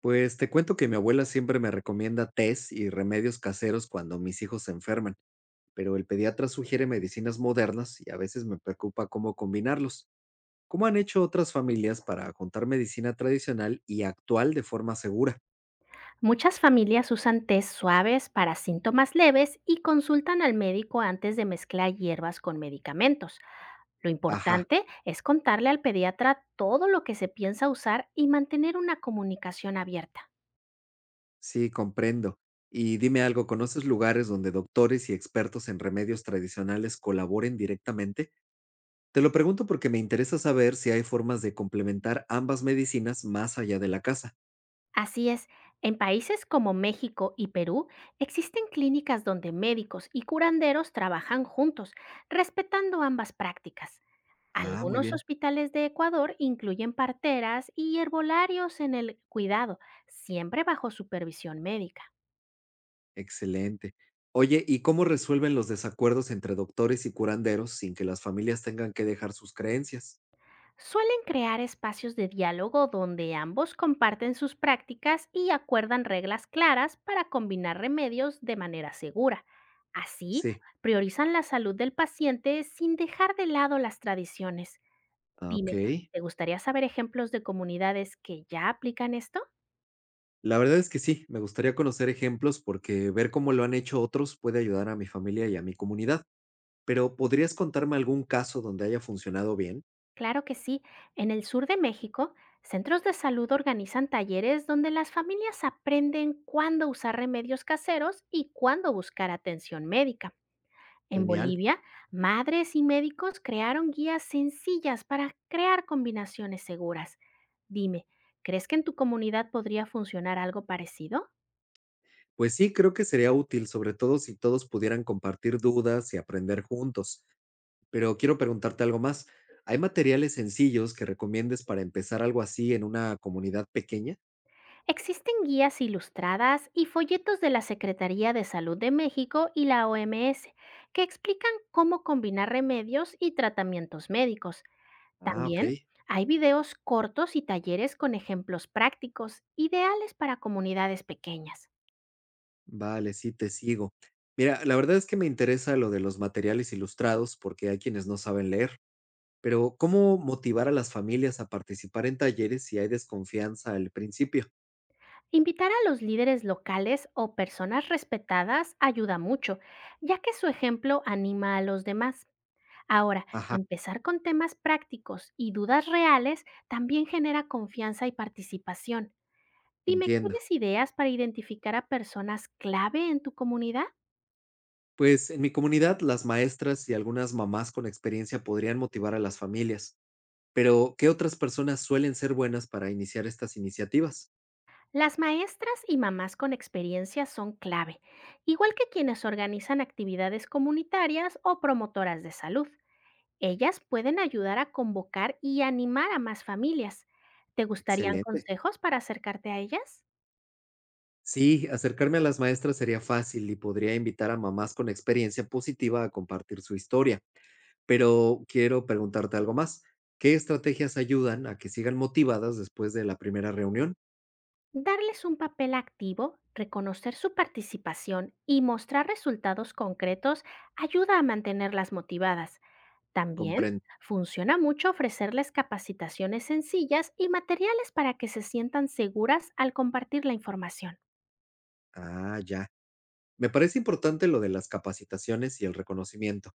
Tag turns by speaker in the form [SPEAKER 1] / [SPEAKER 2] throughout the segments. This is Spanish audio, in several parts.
[SPEAKER 1] Pues te cuento que mi abuela siempre me recomienda tés y remedios caseros cuando mis hijos se enferman, pero el pediatra sugiere medicinas modernas y a veces me preocupa cómo combinarlos. ¿Cómo han hecho otras familias para juntar medicina tradicional y actual de forma segura?
[SPEAKER 2] Muchas familias usan test suaves para síntomas leves y consultan al médico antes de mezclar hierbas con medicamentos. Lo
[SPEAKER 1] Ajá,
[SPEAKER 2] importante es contarle al pediatra todo lo que se piensa usar y mantener una comunicación abierta.
[SPEAKER 1] sí, comprendo. Y dime algo, ¿conoces lugares donde doctores y expertos en remedios tradicionales colaboren directamente? Te lo pregunto porque me interesa saber si hay formas de complementar ambas medicinas más allá de la casa.
[SPEAKER 2] Así es, en países como México y Perú existen clínicas donde médicos y curanderos trabajan juntos, respetando ambas prácticas.
[SPEAKER 1] Ah, muy
[SPEAKER 2] Algunos
[SPEAKER 1] bien.
[SPEAKER 2] hospitales de Ecuador incluyen parteras y herbolarios en el cuidado, siempre bajo supervisión médica.
[SPEAKER 1] Excelente. Oye, ¿y cómo resuelven los desacuerdos entre doctores y curanderos sin que las familias tengan que dejar sus creencias?
[SPEAKER 2] Suelen crear espacios de diálogo donde ambos comparten sus prácticas y acuerdan reglas claras para combinar remedios de manera segura. Así,
[SPEAKER 1] Sí.
[SPEAKER 2] priorizan la salud del paciente sin dejar de lado las tradiciones.
[SPEAKER 1] Ah, ok.
[SPEAKER 2] Dime, ¿te gustaría saber ejemplos de comunidades que ya aplican esto?
[SPEAKER 1] La verdad es que sí, me gustaría conocer ejemplos porque ver cómo lo han hecho otros puede ayudar a mi familia y a mi comunidad. Pero ¿podrías contarme algún caso donde haya funcionado bien?
[SPEAKER 2] Claro que sí. En el sur de México, centros de salud organizan talleres donde las familias aprenden cuándo usar remedios caseros y cuándo buscar atención médica. En
[SPEAKER 1] Genial.
[SPEAKER 2] Bolivia, madres y médicos crearon guías sencillas para crear combinaciones seguras. Dime, ¿crees que en tu comunidad podría funcionar algo parecido?
[SPEAKER 1] Pues sí, creo que sería útil, sobre todo si todos pudieran compartir dudas y aprender juntos. Pero quiero preguntarte algo más. ¿Hay materiales sencillos que recomiendes para empezar algo así en una comunidad pequeña?
[SPEAKER 2] Existen guías ilustradas y folletos de la Secretaría de Salud de México y la OMS que explican cómo combinar remedios y tratamientos médicos.
[SPEAKER 1] Ah, ok.
[SPEAKER 2] También hay videos cortos y talleres con ejemplos prácticos, ideales para comunidades pequeñas.
[SPEAKER 1] Vale, sí, te sigo. Mira, la verdad es que me interesa lo de los materiales ilustrados porque hay quienes no saben leer, pero ¿cómo motivar a las familias a participar en talleres si hay desconfianza al principio?
[SPEAKER 2] Invitar a los líderes locales o personas respetadas ayuda mucho, ya que su ejemplo anima a los demás. Ahora,
[SPEAKER 1] Ajá,
[SPEAKER 2] empezar con temas prácticos y dudas reales también genera confianza y participación. Dime,
[SPEAKER 1] entiendo.
[SPEAKER 2] ¿tienes ideas para identificar a personas clave en tu comunidad?
[SPEAKER 1] Pues en mi comunidad las maestras y algunas mamás con experiencia podrían motivar a las familias, pero ¿qué otras personas suelen ser buenas para iniciar estas iniciativas?
[SPEAKER 2] Las maestras y mamás con experiencia son clave, igual que quienes organizan actividades comunitarias o promotoras de salud. Ellas pueden ayudar a convocar y animar a más familias. ¿Te gustarían
[SPEAKER 1] Excelente.
[SPEAKER 2] consejos para acercarte a ellas?
[SPEAKER 1] Sí, acercarme a las maestras sería fácil y podría invitar a mamás con experiencia positiva a compartir su historia. Pero quiero preguntarte algo más. ¿Qué estrategias ayudan a que sigan motivadas después de la primera reunión?
[SPEAKER 2] Darles un papel activo, reconocer su participación y mostrar resultados concretos ayuda a mantenerlas motivadas. También
[SPEAKER 1] Comprendo.
[SPEAKER 2] funciona mucho ofrecerles capacitaciones sencillas y materiales para que se sientan seguras al compartir la información.
[SPEAKER 1] Ah, ya. Me parece importante lo de las capacitaciones y el reconocimiento,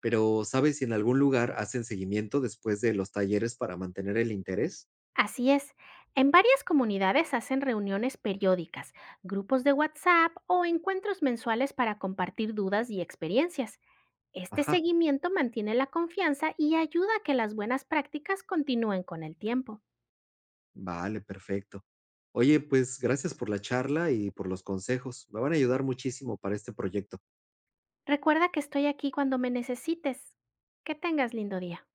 [SPEAKER 1] pero ¿sabes si en algún lugar hacen seguimiento después de los talleres para mantener el interés?
[SPEAKER 2] Así es, en varias comunidades hacen reuniones periódicas, grupos de WhatsApp o encuentros mensuales para compartir dudas y experiencias. Este
[SPEAKER 1] Ajá.
[SPEAKER 2] seguimiento mantiene la confianza y ayuda a que las buenas prácticas continúen con el tiempo.
[SPEAKER 1] Vale, perfecto. Oye, pues gracias por la charla y por los consejos. Me van a ayudar muchísimo para este proyecto.
[SPEAKER 2] Recuerda que estoy aquí cuando me necesites. Que tengas lindo día.